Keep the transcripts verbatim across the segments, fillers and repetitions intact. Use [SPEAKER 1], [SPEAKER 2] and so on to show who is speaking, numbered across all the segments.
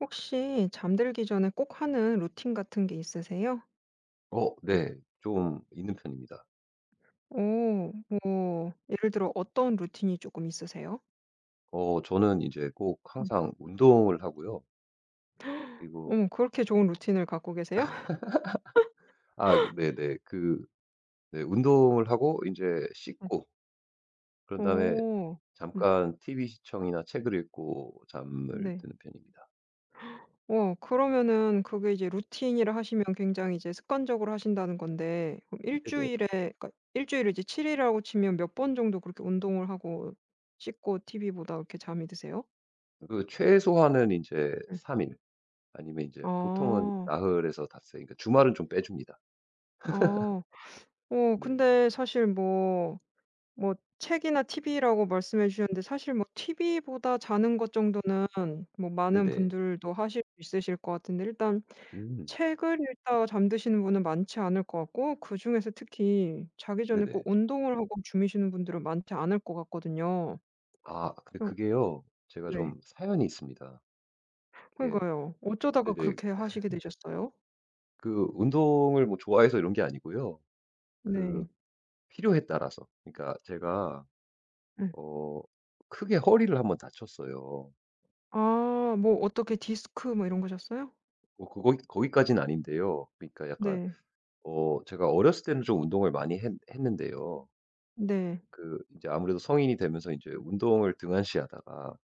[SPEAKER 1] 혹시 잠들기 전에 꼭 하는 루틴 같은 게 있으세요?
[SPEAKER 2] 어, 네. 좀 있는 편입니다.
[SPEAKER 1] 오, 뭐 예를 들어 어떤 루틴이 조금 있으세요?
[SPEAKER 2] 어 저는 이제 꼭
[SPEAKER 1] 음.
[SPEAKER 2] 항상 운동을 하고요. 그리고
[SPEAKER 1] 어 그렇게 좋은 루틴을 갖고 계세요?
[SPEAKER 2] 아, 네네. 그 네, 운동을 하고 이제
[SPEAKER 1] 음.
[SPEAKER 2] 씻고 그런 다음에
[SPEAKER 1] 오 네.
[SPEAKER 2] 잠깐 티비 시청이나 책을 읽고 잠을
[SPEAKER 1] 네.
[SPEAKER 2] 드는 편입니다.
[SPEAKER 1] 어 그러면은 그게 이제 루틴이라 하시면 굉장히 이제 습관적으로 하신다는 건데 그럼
[SPEAKER 2] 네네.
[SPEAKER 1] 주일에 그러니까 주일에 이제 칠 일이라고 치면 몇 번 정도 그렇게 운동을 하고 씻고 티비 보다 이렇게 잠이 드세요?
[SPEAKER 2] 그 최소한은 이제
[SPEAKER 1] 음.
[SPEAKER 2] 삼 일 아니면 이제 보통은
[SPEAKER 1] 아.
[SPEAKER 2] 나흘에서 닷새, 그러니까 주말은 좀 빼 줍니다.
[SPEAKER 1] 아. 어
[SPEAKER 2] 네.
[SPEAKER 1] 근데 사실 뭐 뭐 책이나 티비라고 말씀해 주셨는데 사실 뭐 티비보다 자는 것 정도는 뭐 많은
[SPEAKER 2] 네네.
[SPEAKER 1] 분들도 하실 수 있으실 것 같은데 일단
[SPEAKER 2] 음.
[SPEAKER 1] 책을 읽다가 잠드시는 분은 많지 않을 것 같고 그중에서 특히 자기 전에 꼭
[SPEAKER 2] 네네.
[SPEAKER 1] 운동을 하고 주무시는 분들은 많지 않을 것 같거든요.
[SPEAKER 2] 아, 근데
[SPEAKER 1] 어
[SPEAKER 2] 그게요, 제가
[SPEAKER 1] 네.
[SPEAKER 2] 좀 사연이 있습니다. 이게
[SPEAKER 1] 그러니까요. 어쩌다가
[SPEAKER 2] 네네.
[SPEAKER 1] 그렇게 하시게 되셨어요?
[SPEAKER 2] 그 운동을 뭐 좋아해서 이런 게 아니고요. 그
[SPEAKER 1] 네.
[SPEAKER 2] 필요에 따라서. 그러니까 제가
[SPEAKER 1] 네.
[SPEAKER 2] 어 크게 허리를 한번 다쳤어요.
[SPEAKER 1] 아 뭐 어떻게 디스크 뭐 이런 거셨어요?
[SPEAKER 2] 뭐 그거 거기까지는 아닌데요. 그러니까 약간
[SPEAKER 1] 네.
[SPEAKER 2] 어 제가 어렸을 때는 좀 운동을 많이 했는데요
[SPEAKER 1] 네.
[SPEAKER 2] 그 이제 아무래도 성인이 되면서 이제 운동을 등한시하다가,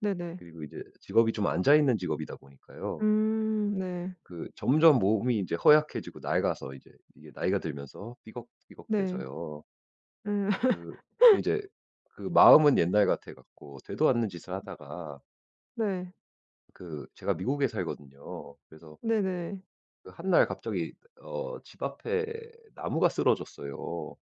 [SPEAKER 1] 네네.
[SPEAKER 2] 그리고 이제 직업이 좀 앉아 있는 직업이다 보니까요.
[SPEAKER 1] 음 네.
[SPEAKER 2] 그 점점 몸이 이제 허약해지고 낡아서 이제 이게 나이가 들면서 삐걱삐걱돼서
[SPEAKER 1] 네.
[SPEAKER 2] 요
[SPEAKER 1] 음,
[SPEAKER 2] 그 근데 이제 그 마음은 옛날 같아 갖고 되도 않는 짓을 하다가,
[SPEAKER 1] 네.
[SPEAKER 2] 그 제가 미국에 살거든요. 그래서
[SPEAKER 1] 네네.
[SPEAKER 2] 그 한날 갑자기 어 집 앞에 나무가 쓰러졌어요.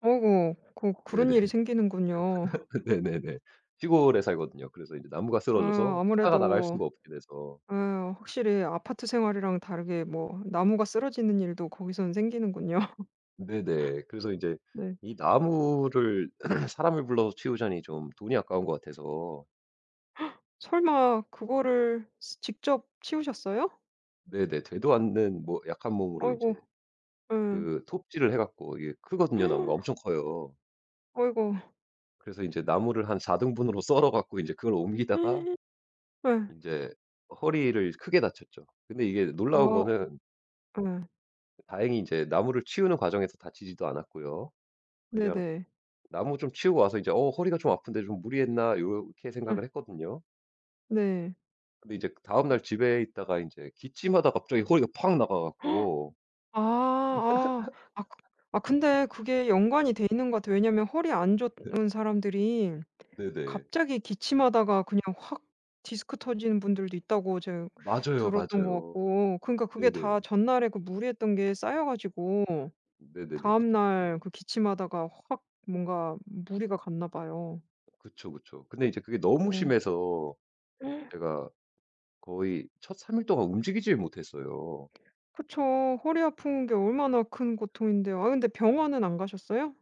[SPEAKER 1] 어이구 그 그런 일이
[SPEAKER 2] 네네.
[SPEAKER 1] 생기는군요.
[SPEAKER 2] 네네네. 시골에 살거든요. 그래서 이제 나무가
[SPEAKER 1] 아
[SPEAKER 2] 쓰러져서 차가 나갈
[SPEAKER 1] 아무래도
[SPEAKER 2] 수가 없게 돼서
[SPEAKER 1] 아 확실히 아파트 생활이랑 다르게 뭐 나무가 쓰러지는 일도 거기서는 생기는군요.
[SPEAKER 2] 네네. 그래서 이제
[SPEAKER 1] 네.
[SPEAKER 2] 이 나무를 사람을 불러서 치우자니 좀 돈이 아까운 것 같아서
[SPEAKER 1] 설마 그거를 스 직접 치우셨어요?
[SPEAKER 2] 네네, 되도 않는 뭐 약한 몸으로 이제
[SPEAKER 1] 아이고 응.
[SPEAKER 2] 그 톱질을 해 갖고, 이게 크거든요. 나무가 엄청 커요.
[SPEAKER 1] 아이고.
[SPEAKER 2] 그래서 이제 나무를 한 사 등분으로 썰어 갖고 이제 그걸 옮기다가
[SPEAKER 1] 네
[SPEAKER 2] 인제 허리를 크게 다쳤죠. 근데 이게
[SPEAKER 1] 아
[SPEAKER 2] 놀라운 거는,
[SPEAKER 1] 예.
[SPEAKER 2] 다행히 인제 나무를 치우는 과정에서 다치지도 않았고요. 그냥
[SPEAKER 1] 네네.
[SPEAKER 2] 나무 좀 치우고 와서 이제 '어, 허리가 좀 아픈데 좀 무리했나?' 요렇게
[SPEAKER 1] 응,
[SPEAKER 2] 생각을 했거든요.
[SPEAKER 1] 네.
[SPEAKER 2] 근데 이제 다음날 집에 있다가 인제 기침하다 갑자기 허리가 팍 나가 갖고
[SPEAKER 1] 아 아. 아 그 아 근데 그게 연관이 돼 있는 것 같아요. 왜냐면 허리 안
[SPEAKER 2] 네.
[SPEAKER 1] 좋은 사람들이
[SPEAKER 2] 네네.
[SPEAKER 1] 갑자기 기침하다가 그냥 확 디스크 터지는 분들도 있다고 제가
[SPEAKER 2] 맞아요,
[SPEAKER 1] 들었던 것
[SPEAKER 2] 맞아요.
[SPEAKER 1] 같고 그러니까 그게
[SPEAKER 2] 네네.
[SPEAKER 1] 다 전날에 그 무리했던 게 쌓여 가지고
[SPEAKER 2] 네네네. 그쵸,
[SPEAKER 1] 다음날
[SPEAKER 2] 그쵸.
[SPEAKER 1] 그 기침하다가 확 뭔가 무리가 갔나 봐요.
[SPEAKER 2] 그쵸, 그쵸. 근데 이제 그게 너무
[SPEAKER 1] 어.
[SPEAKER 2] 심해서 제가 거의 첫 삼 일 동안 움직이질 못했어요.
[SPEAKER 1] 그쵸. 허리 아픈 게 얼마나 큰 고통인데요. 아 근데 병원은 안 가셨어요?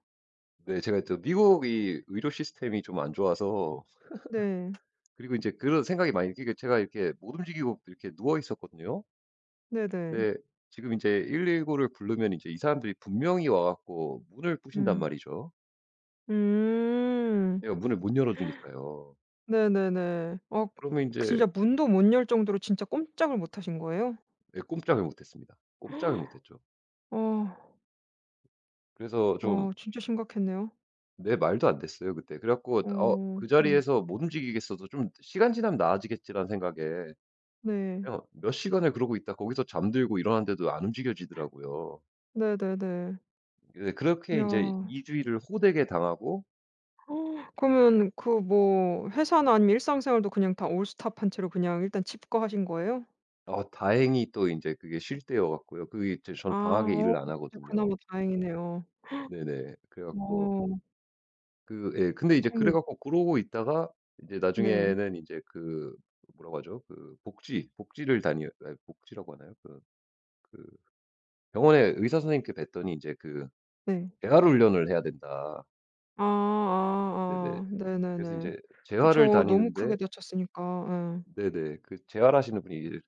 [SPEAKER 2] 네, 제가 또 미국이 의료 시스템이 좀 안 좋아서,
[SPEAKER 1] 네.
[SPEAKER 2] 그리고 이제 그런 생각이 많이 끼게, 제가 이렇게 못 움직이고 이렇게 누워 있었거든요.
[SPEAKER 1] 네네.
[SPEAKER 2] 근데 지금 이제일일구를 부르면 이제 이 사람들이 분명히 와 갖고 문을 부신단
[SPEAKER 1] 음.
[SPEAKER 2] 말이죠.
[SPEAKER 1] 음.
[SPEAKER 2] 내가 문을 못 열어 주니까요.
[SPEAKER 1] 네네네. 아
[SPEAKER 2] 그러면 이제
[SPEAKER 1] 진짜 문도 못 열 정도로 진짜 꼼짝을 못 하신 거예요?
[SPEAKER 2] 예, 꼼짝을 못했습니다. 꼼짝을 못했죠.
[SPEAKER 1] 어.
[SPEAKER 2] 그래서 좀
[SPEAKER 1] 어 진짜 심각했네요.
[SPEAKER 2] 내 말도 안 됐어요 그때. 그래 갖고
[SPEAKER 1] 어
[SPEAKER 2] 어 그
[SPEAKER 1] 어
[SPEAKER 2] 자리에서 못 움직이겠어도 좀 '시간 지나면 나아지겠지.'라는 생각에
[SPEAKER 1] 네.
[SPEAKER 2] 그냥 몇 시간을 그러고 있다 거기서 잠들고 일어났는데도 안 움직여지더라고요.
[SPEAKER 1] 네네네.
[SPEAKER 2] 네, 그렇게 인제
[SPEAKER 1] 야
[SPEAKER 2] 이 주일을 호되게 당하고,
[SPEAKER 1] 그러면 그 뭐 회사나 아니면 일상생활도 그냥 다 올스톱한 채로 그냥 일단 집 거하신 거예요?
[SPEAKER 2] 어 다행히 또 인제 그게 쉴 때여 갖고요. 그게 이제
[SPEAKER 1] 아
[SPEAKER 2] 저는 방학에
[SPEAKER 1] 어
[SPEAKER 2] 일을 안
[SPEAKER 1] 진짜
[SPEAKER 2] 하거든요.
[SPEAKER 1] 그나마 다행이네요.
[SPEAKER 2] 네네. 그래 갖고
[SPEAKER 1] 어
[SPEAKER 2] 그 예, 근데 이제 그래
[SPEAKER 1] 그럼
[SPEAKER 2] 갖고 그러고 있다가 이제
[SPEAKER 1] 네.
[SPEAKER 2] 나중에는 인제 그 뭐라고 하죠? 그 복지, 복지를 다녀, 아이 복지라고 하나요? 그 그 병원에 의사 선생님께 뵀더니 인제 그
[SPEAKER 1] 네.
[SPEAKER 2] "재활 훈련을 해야 된다."
[SPEAKER 1] 아
[SPEAKER 2] 네네.
[SPEAKER 1] 아 아.
[SPEAKER 2] 그래서
[SPEAKER 1] 네네네.
[SPEAKER 2] 인제 재활을
[SPEAKER 1] 그쵸. 너무
[SPEAKER 2] 다니는데
[SPEAKER 1] 크게 다쳤으니까. 예.
[SPEAKER 2] 네네. 그 재활하시는 분이 이제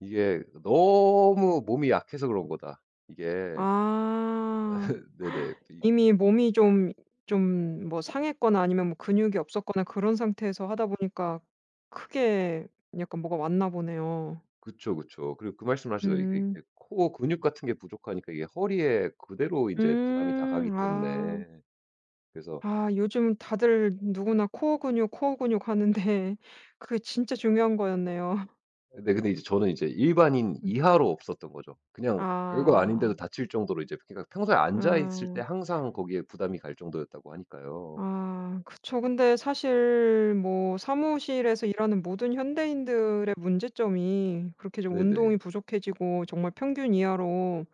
[SPEAKER 2] 이게 너무 몸이 약해서 그런 거다. 이게
[SPEAKER 1] 아.
[SPEAKER 2] 네네. 이
[SPEAKER 1] 이미 몸이 좀 좀 뭐 상했거나 아니면 뭐 근육이 없었거나 그런 상태에서 하다 보니까 크게 약간 뭐가 왔나 보네요.
[SPEAKER 2] 그쵸, 그쵸. 그리고 그 말씀을 하시더라고요. 이게
[SPEAKER 1] 음.
[SPEAKER 2] 이 코어 근육 같은 게 부족하니까 이게 허리에 그대로 이제 부담이 다 가기
[SPEAKER 1] 음. 아.
[SPEAKER 2] 때문에. 그래서
[SPEAKER 1] 아 요즘 다들 누구나 코어 근육, 코어 근육 하는데 그게 진짜 중요한 거였네요.
[SPEAKER 2] 근데, 근데 이제 저는 이제 일반인
[SPEAKER 1] 음.
[SPEAKER 2] 이하로 없었던 거죠. 그냥 별거 아닌데도
[SPEAKER 1] 아.
[SPEAKER 2] 다칠 정도로 이제, 그러니까 평소에 앉아 있을 때
[SPEAKER 1] 아.
[SPEAKER 2] 항상 거기에 부담이 갈 정도였다고 하니까요.
[SPEAKER 1] 아 그쵸. 근데 사실 뭐 사무실에서 일하는 모든 현대인들의 문제점이 그렇게 좀 운동이
[SPEAKER 2] 네네.
[SPEAKER 1] 부족해지고 정말 평균 이하로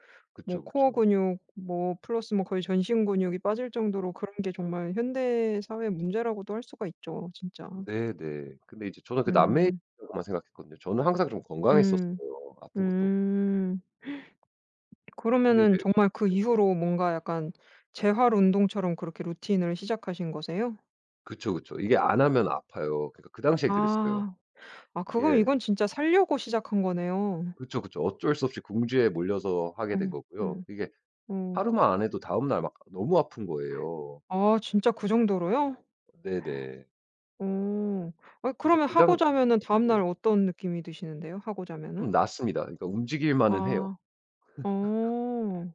[SPEAKER 1] 뭐
[SPEAKER 2] 그쵸,
[SPEAKER 1] 코어
[SPEAKER 2] 그쵸.
[SPEAKER 1] 근육 뭐 플러스 뭐 거의 전신 근육이 빠질 정도로 그런 게 정말 현대 사회 문제라고도 할 수가 있죠 진짜.
[SPEAKER 2] 네네. 근데 이제 저는 그
[SPEAKER 1] 음.
[SPEAKER 2] 남매라고만 생각했거든요. 저는 항상 좀
[SPEAKER 1] 음.
[SPEAKER 2] 건강했었어요, 아픈 것도.
[SPEAKER 1] 음.
[SPEAKER 2] 근데 이제
[SPEAKER 1] 그러면은 정말 그
[SPEAKER 2] 네네.
[SPEAKER 1] 이후로 뭔가 약간 재활 운동처럼 그렇게 루틴을 시작하신 거세요?
[SPEAKER 2] 그쵸, 그쵸. 이게 안 하면 아파요. 그러니까 그 당시엔 그랬어요.
[SPEAKER 1] 아. 아 그럼
[SPEAKER 2] 이게
[SPEAKER 1] 이건 진짜 살려고 시작한 거네요.
[SPEAKER 2] 그쵸, 그쵸. 어쩔 수 없이 궁지에 몰려서 하게 된
[SPEAKER 1] 음.
[SPEAKER 2] 거고요.
[SPEAKER 1] 음.
[SPEAKER 2] 이게
[SPEAKER 1] 음.
[SPEAKER 2] 하루만 안 해도 다음날 막 너무 아픈 거예요.
[SPEAKER 1] 아 진짜 그 정도로요?
[SPEAKER 2] 네네.
[SPEAKER 1] 어. 아
[SPEAKER 2] 그래서
[SPEAKER 1] 그러면
[SPEAKER 2] 그
[SPEAKER 1] 하고
[SPEAKER 2] 당
[SPEAKER 1] 자면은 다음날
[SPEAKER 2] 네네.
[SPEAKER 1] 어떤 느낌이 드시는데요? 하고 자면은?
[SPEAKER 2] 좀 낫습니다. 그러니까 움직일 만은 해요.
[SPEAKER 1] 아. 어.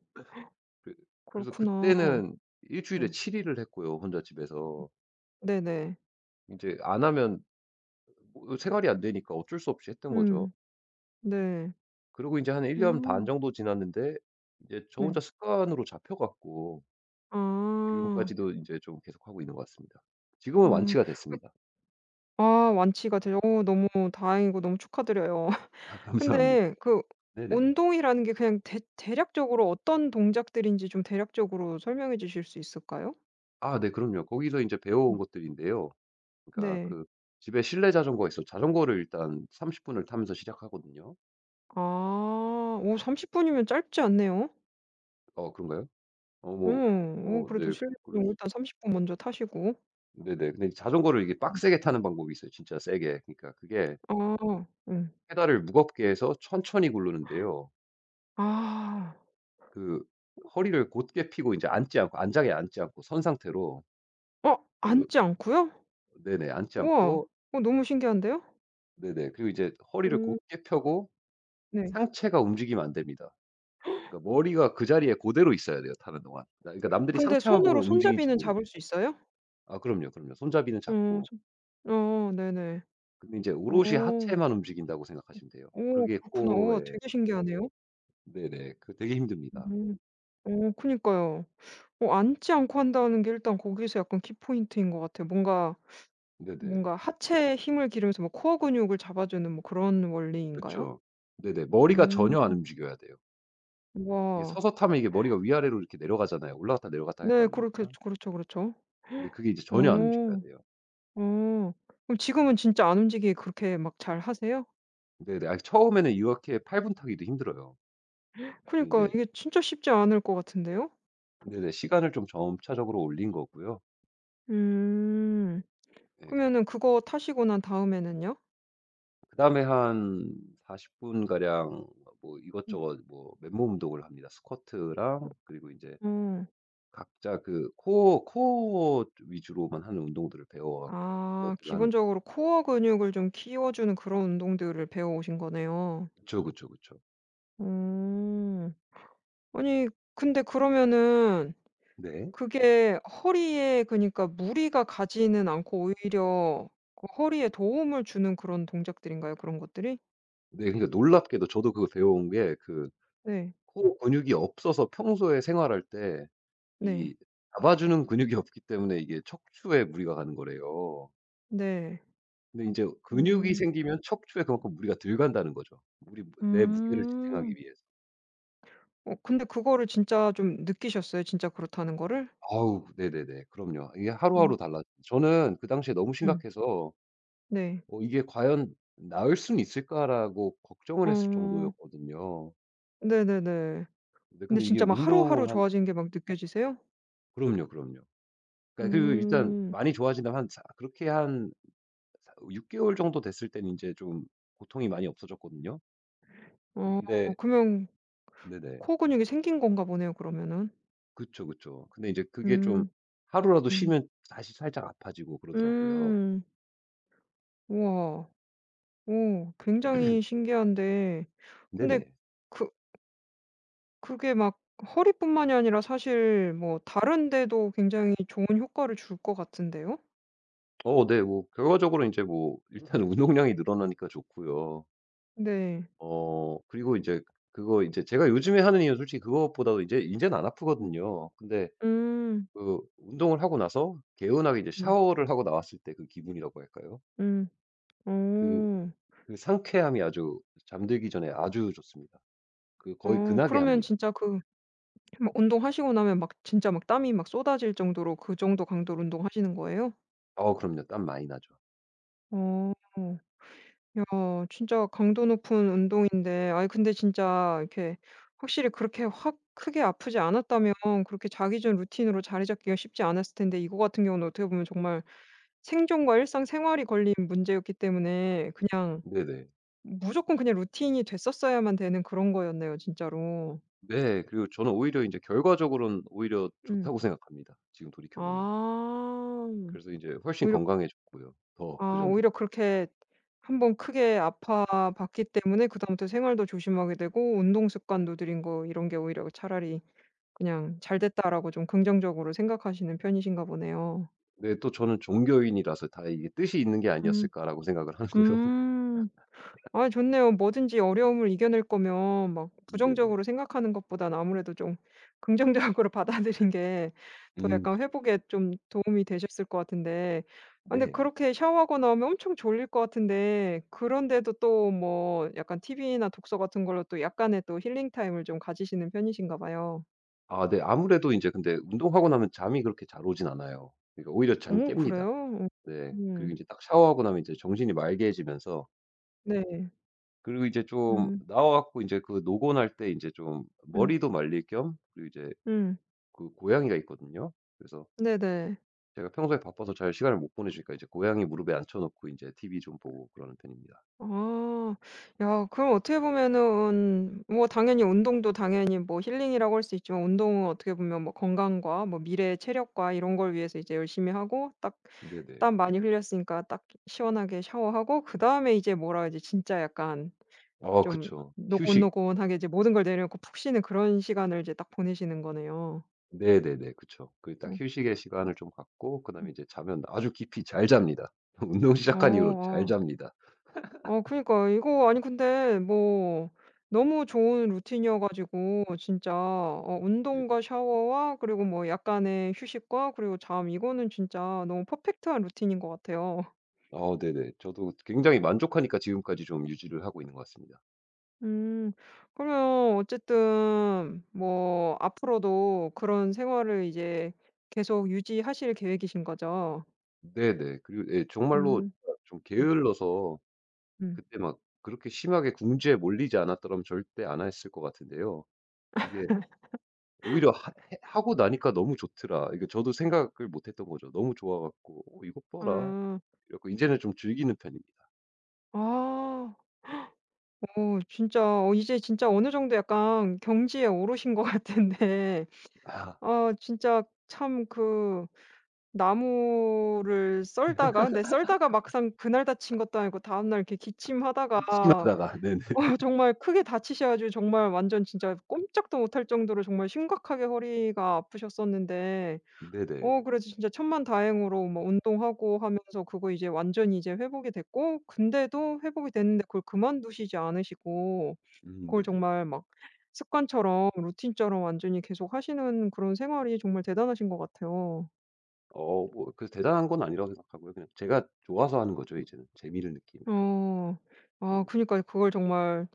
[SPEAKER 2] 그 그래서
[SPEAKER 1] 그렇구나.
[SPEAKER 2] 그때는 일 주일에
[SPEAKER 1] 네.
[SPEAKER 2] 칠 일을 했고요, 혼자 집에서.
[SPEAKER 1] 네네.
[SPEAKER 2] 인제 안 하면 뭐 생활이 안 되니까 어쩔 수 없이 했던 거죠.
[SPEAKER 1] 음. 네.
[SPEAKER 2] 그러고 이제한 일 년 반
[SPEAKER 1] 음.
[SPEAKER 2] 정도 지났는데 이제 저 혼자
[SPEAKER 1] 네.
[SPEAKER 2] 습관으로 잡혀 갖고
[SPEAKER 1] 아.
[SPEAKER 2] 지금까지도 인제 좀 계속하고 있는 것 같습니다. 지금은
[SPEAKER 1] 음.
[SPEAKER 2] 완치가 됐습니다.
[SPEAKER 1] 아 완치가 되죠. 오 너무 다행이고 너무 축하드려요.
[SPEAKER 2] 아, 감사합니다.
[SPEAKER 1] 근데 그
[SPEAKER 2] 네네.
[SPEAKER 1] 운동이라는 게 그냥 대 대략적으로 어떤 동작들인지 좀 대략적으로 설명해 주실 수 있을까요?
[SPEAKER 2] 아, 네, 그럼요. 거기서 인제 배워온
[SPEAKER 1] 음.
[SPEAKER 2] 것들인데요. 그러니까
[SPEAKER 1] 네.
[SPEAKER 2] 그 집에 실내 자전거가 있어서 자전거를 일단 삼십 분을 타면서 시작하거든요.
[SPEAKER 1] 아. 오 삼십 분이면 짧지 않네요.
[SPEAKER 2] 어, 그런가요? 어 뭐,
[SPEAKER 1] 응 오
[SPEAKER 2] 어
[SPEAKER 1] 그래도
[SPEAKER 2] 네
[SPEAKER 1] 실
[SPEAKER 2] 뭐
[SPEAKER 1] 내기
[SPEAKER 2] 그럴
[SPEAKER 1] 장
[SPEAKER 2] 수.
[SPEAKER 1] 일단 삼십 분 먼저 타시고.
[SPEAKER 2] 네네. 근데 자전거를 이게
[SPEAKER 1] 음.
[SPEAKER 2] 빡세게 타는 방법이 있어요, 진짜 세게. 그러니까 그게
[SPEAKER 1] 아. 응
[SPEAKER 2] 페달을 무겁게 해서 천천히 구르는데요.
[SPEAKER 1] 아.
[SPEAKER 2] 그 허리를 곧게 펴고 이제 앉지 않고, 안장에 앉지 않고 선 상태로.
[SPEAKER 1] 어
[SPEAKER 2] 그
[SPEAKER 1] 앉지 않고요?
[SPEAKER 2] 네네, 앉지
[SPEAKER 1] 우와.
[SPEAKER 2] 않고.
[SPEAKER 1] 어 너무 신기한데요?
[SPEAKER 2] 네네, 그리고 이제 허리를
[SPEAKER 1] 음
[SPEAKER 2] 곧게 펴고
[SPEAKER 1] 네.
[SPEAKER 2] 상체가 움직이면 안 됩니다. 그러니까 머리가 그 자리에 그대로 있어야 돼요, 타는 동안. 나 그러니까 남들이
[SPEAKER 1] 근데
[SPEAKER 2] 상체만
[SPEAKER 1] 손으로
[SPEAKER 2] 보면 움직이는지
[SPEAKER 1] 손잡이는
[SPEAKER 2] 모르게.
[SPEAKER 1] 잡을 수 있어요?
[SPEAKER 2] 아, 그럼요, 그럼요. 손잡이는
[SPEAKER 1] 어
[SPEAKER 2] 잡고.
[SPEAKER 1] 손 어 네네.
[SPEAKER 2] 근데 이제
[SPEAKER 1] 어.
[SPEAKER 2] 오롯이 하체만 움직인다고 생각하시면 돼요.
[SPEAKER 1] 오
[SPEAKER 2] 그게
[SPEAKER 1] 그렇구나. 우와
[SPEAKER 2] 코에
[SPEAKER 1] 되게 신기하네요.
[SPEAKER 2] 네네. 그 되게 힘듭니다.
[SPEAKER 1] 음. 어 그니까요. 어 앉지 않고 한다는 게 일단 거기서 약간 키포인트인 것 같아요. 뭔가
[SPEAKER 2] 네네.
[SPEAKER 1] 뭔가 하체에 힘을 기르면서 뭐 코어 근육을 잡아주는 뭐 그런
[SPEAKER 2] 그렇
[SPEAKER 1] 원리인가요?
[SPEAKER 2] 죠 네네. 머리가
[SPEAKER 1] 음.
[SPEAKER 2] 전혀 안 움직여야 돼요. 이게
[SPEAKER 1] 와.
[SPEAKER 2] 서서 타면 이게 머리가 위아래로 이렇게 내려가잖아요. 올라갔다 내려갔다 할 거
[SPEAKER 1] 네. 그렇게
[SPEAKER 2] 아닙니까?
[SPEAKER 1] 그렇죠, 그렇죠.
[SPEAKER 2] 근데 그게 이제 전혀 안 움직여야
[SPEAKER 1] 어.
[SPEAKER 2] 돼요.
[SPEAKER 1] 어. 그럼 지금은 진짜 안 움직이게 그렇게 막 잘 하세요?
[SPEAKER 2] 네네. 아, 처음에는 이렇게 팔 분 타기도 힘들어요. 근데
[SPEAKER 1] 그니까
[SPEAKER 2] 이제
[SPEAKER 1] 이게 진짜 쉽지 않을 것 같은데요?
[SPEAKER 2] 네네, 시간을 좀 점차적으로 올린 거고요.
[SPEAKER 1] 음.
[SPEAKER 2] 예.
[SPEAKER 1] 그러면은 그거 타시고 난 다음에는요?
[SPEAKER 2] 그다음에 한 사십 분가량 뭐
[SPEAKER 1] 음.
[SPEAKER 2] 이것저것 뭐 맨몸 운동을 합니다. 스쿼트랑 그리고 인제
[SPEAKER 1] 어.
[SPEAKER 2] 각자 그 코어 코어 위주로만 하는 운동들을 배워 갖고
[SPEAKER 1] 아
[SPEAKER 2] 그것들을 하는.
[SPEAKER 1] 기본적으로 코어 근육을 좀 키워주는 그런 운동들을 배워 오신 거네요.
[SPEAKER 2] 그쵸, 그쵸, 그쵸.
[SPEAKER 1] 어. 아니 근데 그러면은
[SPEAKER 2] 네.
[SPEAKER 1] 그게 허리에 그니까 러 무리가 가지는 않고 오히려 그 허리에 도움을 주는 그런 동작들인가요? 그런 것들이?
[SPEAKER 2] 네, 그러니까 놀랍게도 저도 그거 배워온 게그
[SPEAKER 1] 네.
[SPEAKER 2] 코어 근육이 없어서 평소에 생활할 때
[SPEAKER 1] 네.
[SPEAKER 2] 이 잡아주는 근육이 없기 때문에 이게 척추에 무리가 가는 거래요.
[SPEAKER 1] 네.
[SPEAKER 2] 근데 인제 근육이
[SPEAKER 1] 음.
[SPEAKER 2] 생기면 척추에 그만큼 무리가 덜 간다는 거죠. 우리 무 내 무게를 지탱하기
[SPEAKER 1] 음.
[SPEAKER 2] 위해서.
[SPEAKER 1] 어 근데 그거를 진짜 좀 느끼셨어요? 진짜 그렇다는 거를?
[SPEAKER 2] 아우, 네네네. 그럼요. 이게
[SPEAKER 1] 음.
[SPEAKER 2] 하루하루 달라져요. 저는 그 당시에 너무
[SPEAKER 1] 음.
[SPEAKER 2] 심각해서
[SPEAKER 1] 네.
[SPEAKER 2] '어, 이게 과연 나을 수는 있을까?'라고 걱정을 했을
[SPEAKER 1] 어.
[SPEAKER 2] 정도였거든요.
[SPEAKER 1] 네네네.
[SPEAKER 2] 네,
[SPEAKER 1] 근데
[SPEAKER 2] 근데 이게
[SPEAKER 1] 진짜 막 하루하루
[SPEAKER 2] 운동을 하니까
[SPEAKER 1] 좋아지는 게 막 느껴지세요?
[SPEAKER 2] 그럼요, 그럼요. 그러니까 그 일단
[SPEAKER 1] 음.
[SPEAKER 2] 많이 좋아진다면 한 사 그렇게 한 사 육 개월 정도 됐을 때는 이제 좀 고통이 많이 없어졌거든요.
[SPEAKER 1] 어
[SPEAKER 2] 근데
[SPEAKER 1] 그러면
[SPEAKER 2] 네네.
[SPEAKER 1] 코 근육이 생긴 건가 보네요 그러면은.
[SPEAKER 2] 그쵸, 그쵸. 근데 이제 그게 좀
[SPEAKER 1] 음.
[SPEAKER 2] 하루라도
[SPEAKER 1] 음.
[SPEAKER 2] 쉬면 다시 살짝 아파지고 그러더라고요.
[SPEAKER 1] 음. 우와. 오 굉장히 신기한데 근데
[SPEAKER 2] 네네.
[SPEAKER 1] 그 그게 막 허리뿐만이 아니라 사실 뭐 다른 데도 굉장히 좋은 효과를 줄 것 같은데요?
[SPEAKER 2] 어 네. 뭐 결과적으로 이제 뭐 일단 운동량이 늘어나니까 좋고요.
[SPEAKER 1] 네.
[SPEAKER 2] 어 그리고 이제 그거 이제 제가 요즘에 하는 이유는 솔직히 그것보다도 이제 이제는 안
[SPEAKER 1] 음.
[SPEAKER 2] 아프거든요. 근데
[SPEAKER 1] 음.
[SPEAKER 2] 그 운동을 하고 나서 개운하게 이제
[SPEAKER 1] 네.
[SPEAKER 2] 샤워를 하고 나왔을 때 그 기분이라고 할까요?
[SPEAKER 1] 음.
[SPEAKER 2] 그
[SPEAKER 1] 어.
[SPEAKER 2] 그 상쾌함이 아주 잠들기 전에 아주 좋습니다. 그 거의
[SPEAKER 1] 어
[SPEAKER 2] 근하게
[SPEAKER 1] 그러면
[SPEAKER 2] 합니다.
[SPEAKER 1] 진짜 그 막 운동하시고 나면 막 진짜 막 땀이 막 쏟아질 정도로 그 정도 강도로 운동하시는 거예요?
[SPEAKER 2] 어, 그럼요. 땀 많이 나죠.
[SPEAKER 1] 어. 야 진짜 강도 높은 운동인데 아 근데 진짜 이렇게 확실히 그렇게 확 크게 아프지 않았다면 그렇게 자기 전 루틴으로 자리 잡기가 쉽지 않았을 텐데 이거 같은 경우는 어떻게 보면 정말 생존과 일상생활이 걸린 문제였기 때문에 그냥
[SPEAKER 2] 네네.
[SPEAKER 1] 무조건 그냥 루틴이 됐었어야만 되는 그런 거였네요 진짜로.
[SPEAKER 2] 네. 그리고 저는 오히려 이제 결과적으로는 오히려
[SPEAKER 1] 음.
[SPEAKER 2] 좋다고 생각합니다, 지금 돌이켜 보면.
[SPEAKER 1] 아.
[SPEAKER 2] 그래서 이제 훨씬
[SPEAKER 1] 오히려
[SPEAKER 2] 건강해졌고요, 더
[SPEAKER 1] 아
[SPEAKER 2] 그전보다.
[SPEAKER 1] 오히려 그렇게 한번 크게 아파 봤기 때문에 그다음부터 생활도 조심하게 되고 운동 습관도 들인 거 이런 게 오히려 차라리 그냥 '잘 됐다.'라고 좀 긍정적으로 생각하시는 편이신가 보네요.
[SPEAKER 2] 네. 또 저는 종교인이라서 '다 이게 뜻이 있는 게
[SPEAKER 1] 음.
[SPEAKER 2] 아니었을까.'라고 생각을 하고요.
[SPEAKER 1] 음. 아 좋네요. 뭐든지 어려움을 이겨낼 거면 막 부정적으로
[SPEAKER 2] 네네.
[SPEAKER 1] 생각하는 것보단 아무래도 좀 긍정적으로 받아들인 게 더
[SPEAKER 2] 음
[SPEAKER 1] 약간
[SPEAKER 2] 그죠.
[SPEAKER 1] 회복에 좀 도움이 되셨을 것 같은데 아 근데
[SPEAKER 2] 네.
[SPEAKER 1] 그렇게 샤워하고 나오면 엄청 졸릴 것 같은데 그런데도 또 뭐 약간 티비나 독서 같은 걸로 또 약간의 또 힐링 타임을 좀 가지시는 편이신가 봐요.
[SPEAKER 2] 아, 네. 아무래도 이제 근데 운동하고 나면 잠이 그렇게 잘 오진 않아요. 그러니까 오히려 잠이
[SPEAKER 1] 오,
[SPEAKER 2] 깹니다.
[SPEAKER 1] 그래요? 어.
[SPEAKER 2] 네. 그리고 이
[SPEAKER 1] 음.
[SPEAKER 2] 제 딱 샤워하고 나면 이제 정신이 맑해지면서,
[SPEAKER 1] 네.
[SPEAKER 2] 그리고 이제 좀
[SPEAKER 1] 음.
[SPEAKER 2] 나와 갖고 이제 그 노곤할 때 이제 좀
[SPEAKER 1] 음.
[SPEAKER 2] 머리도 말릴 겸, 그리고 이제
[SPEAKER 1] 음.
[SPEAKER 2] 그 고양이가 있거든요. 그래서
[SPEAKER 1] 네네.
[SPEAKER 2] 제가 평소에 바빠서 잘 시간을 못 보내주니까 이제 고양이 무릎에 앉혀 놓고 이제 티비 좀 보고 그러는 편입니다.
[SPEAKER 1] 아. 야 그럼 어떻게 보면은 뭐 당연히 운동도 당연히 뭐 힐링이라고 할 수 있지만 운동은 어떻게 보면 뭐 건강과 뭐 미래의 체력과 이런 걸 위해서 이제 열심히 하고 딱
[SPEAKER 2] 네네.
[SPEAKER 1] 땀 많이 흘렸으니까 딱 시원하게 샤워하고 그다음에 이제 뭐라 해야지 진짜 약간
[SPEAKER 2] 어
[SPEAKER 1] 좀
[SPEAKER 2] 그쵸. 휴식.
[SPEAKER 1] 노곤노곤하게 이제 모든 걸 내려놓고 푹 쉬는 그런 시간을 이제 딱 보내시는 거네요.
[SPEAKER 2] 네네네. 그쵸. 그 딱
[SPEAKER 1] 어
[SPEAKER 2] 휴식의 시간을 좀 갖고 그다음에
[SPEAKER 1] 음.
[SPEAKER 2] 이제 자면 아주 깊이 잘 잡니다. 운동
[SPEAKER 1] 어.
[SPEAKER 2] 시작한 이후로 잘
[SPEAKER 1] 어.
[SPEAKER 2] 잡니다.
[SPEAKER 1] 어 그니까 이거 아니 근데 뭐 너무 좋은 루틴이어 가지고 진짜 어
[SPEAKER 2] 네네.
[SPEAKER 1] 운동과 샤워와 그리고 뭐 약간의 휴식과 그리고 잠 이거는 진짜 너무 퍼펙트한 루틴인 것 같아요.
[SPEAKER 2] 어 네네. 저도 굉장히 만족하니까 지금까지 좀 유지를 하고 있는 것 같습니다.
[SPEAKER 1] 음. 그러면 어쨌든 뭐 앞으로도 그런 생활을 이제 계속 유지하실 계획이신 거죠?
[SPEAKER 2] 네네. 그리고 예, 정말로
[SPEAKER 1] 음.
[SPEAKER 2] 좀
[SPEAKER 1] 음
[SPEAKER 2] 게을러서
[SPEAKER 1] 음.
[SPEAKER 2] 그때 막 그렇게 심하게 궁지에 몰리지 않았더라면 절대 안 했을 것 같은데요. 이게 오히려 하 해 하고 나니까 너무 좋더라. 이게 저도 생각을 못 했던 거죠. 너무 좋아 갖고 '어, 이것 봐라.'
[SPEAKER 1] 아.
[SPEAKER 2] 이래 갖고 이제는 좀 즐기는 편입니다.
[SPEAKER 1] 아. 오, 진짜 어 이제 진짜 어느 정도 약간 경지에 오르신 것 같은데
[SPEAKER 2] 아
[SPEAKER 1] 어 진짜 참 그 나무를 썰다가 근데 썰다가 막상 그날 다친 것도 아니고 다음 날 이렇게 기침하다가
[SPEAKER 2] 기침하다가 네네.
[SPEAKER 1] 어 정말 크게 다치셔 가지고 정말 완전 진짜 꼼짝도 못할 정도로 정말 심각하게 허리가 아프셨었는데
[SPEAKER 2] 네네.
[SPEAKER 1] 어 그래서 진짜 천만다행으로 뭐 운동하고 하면서 그거 이제 완전히 이제 회복이 됐고 근데도 회복이 됐는데 그걸 그만두시지 않으시고
[SPEAKER 2] 음
[SPEAKER 1] 그걸
[SPEAKER 2] 네네.
[SPEAKER 1] 정말 막 습관처럼 루틴처럼 완전히 계속 하시는 그런 생활이 정말 대단하신 것 같아요.
[SPEAKER 2] 어 뭐 그 대단한 건 아니라고 생각하고요. 그냥 제가 좋아서 하는 거죠 이제는. 재미를 느끼니까.
[SPEAKER 1] 어.
[SPEAKER 2] 네네.
[SPEAKER 1] 아 그니까요. 그걸 정말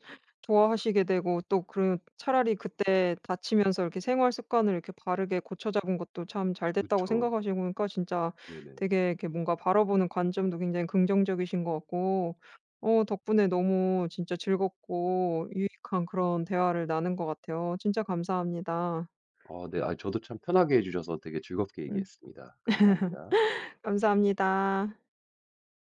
[SPEAKER 1] 좋아하시게 되고 또 그런 차라리 그때 다치면서 이렇게 생활 습관을 이렇게 바르게 고쳐 잡은 것도 참 잘 됐다고
[SPEAKER 2] 그쵸.
[SPEAKER 1] 생각하시고 그러니까 진짜
[SPEAKER 2] 네네.
[SPEAKER 1] 되게 이렇게 뭔가 바라보는 관점도 굉장히 긍정적이신 것 같고 어 덕분에 너무 진짜 즐겁고 유익한 그런 대화를 나눈 것 같아요. 진짜 감사합니다.
[SPEAKER 2] 아, 네. 아, 저도 참 편하게 해 주셔서 되게 즐겁게
[SPEAKER 1] 음.
[SPEAKER 2] 얘기했습니다. 감사합니다.
[SPEAKER 1] 감사합니다.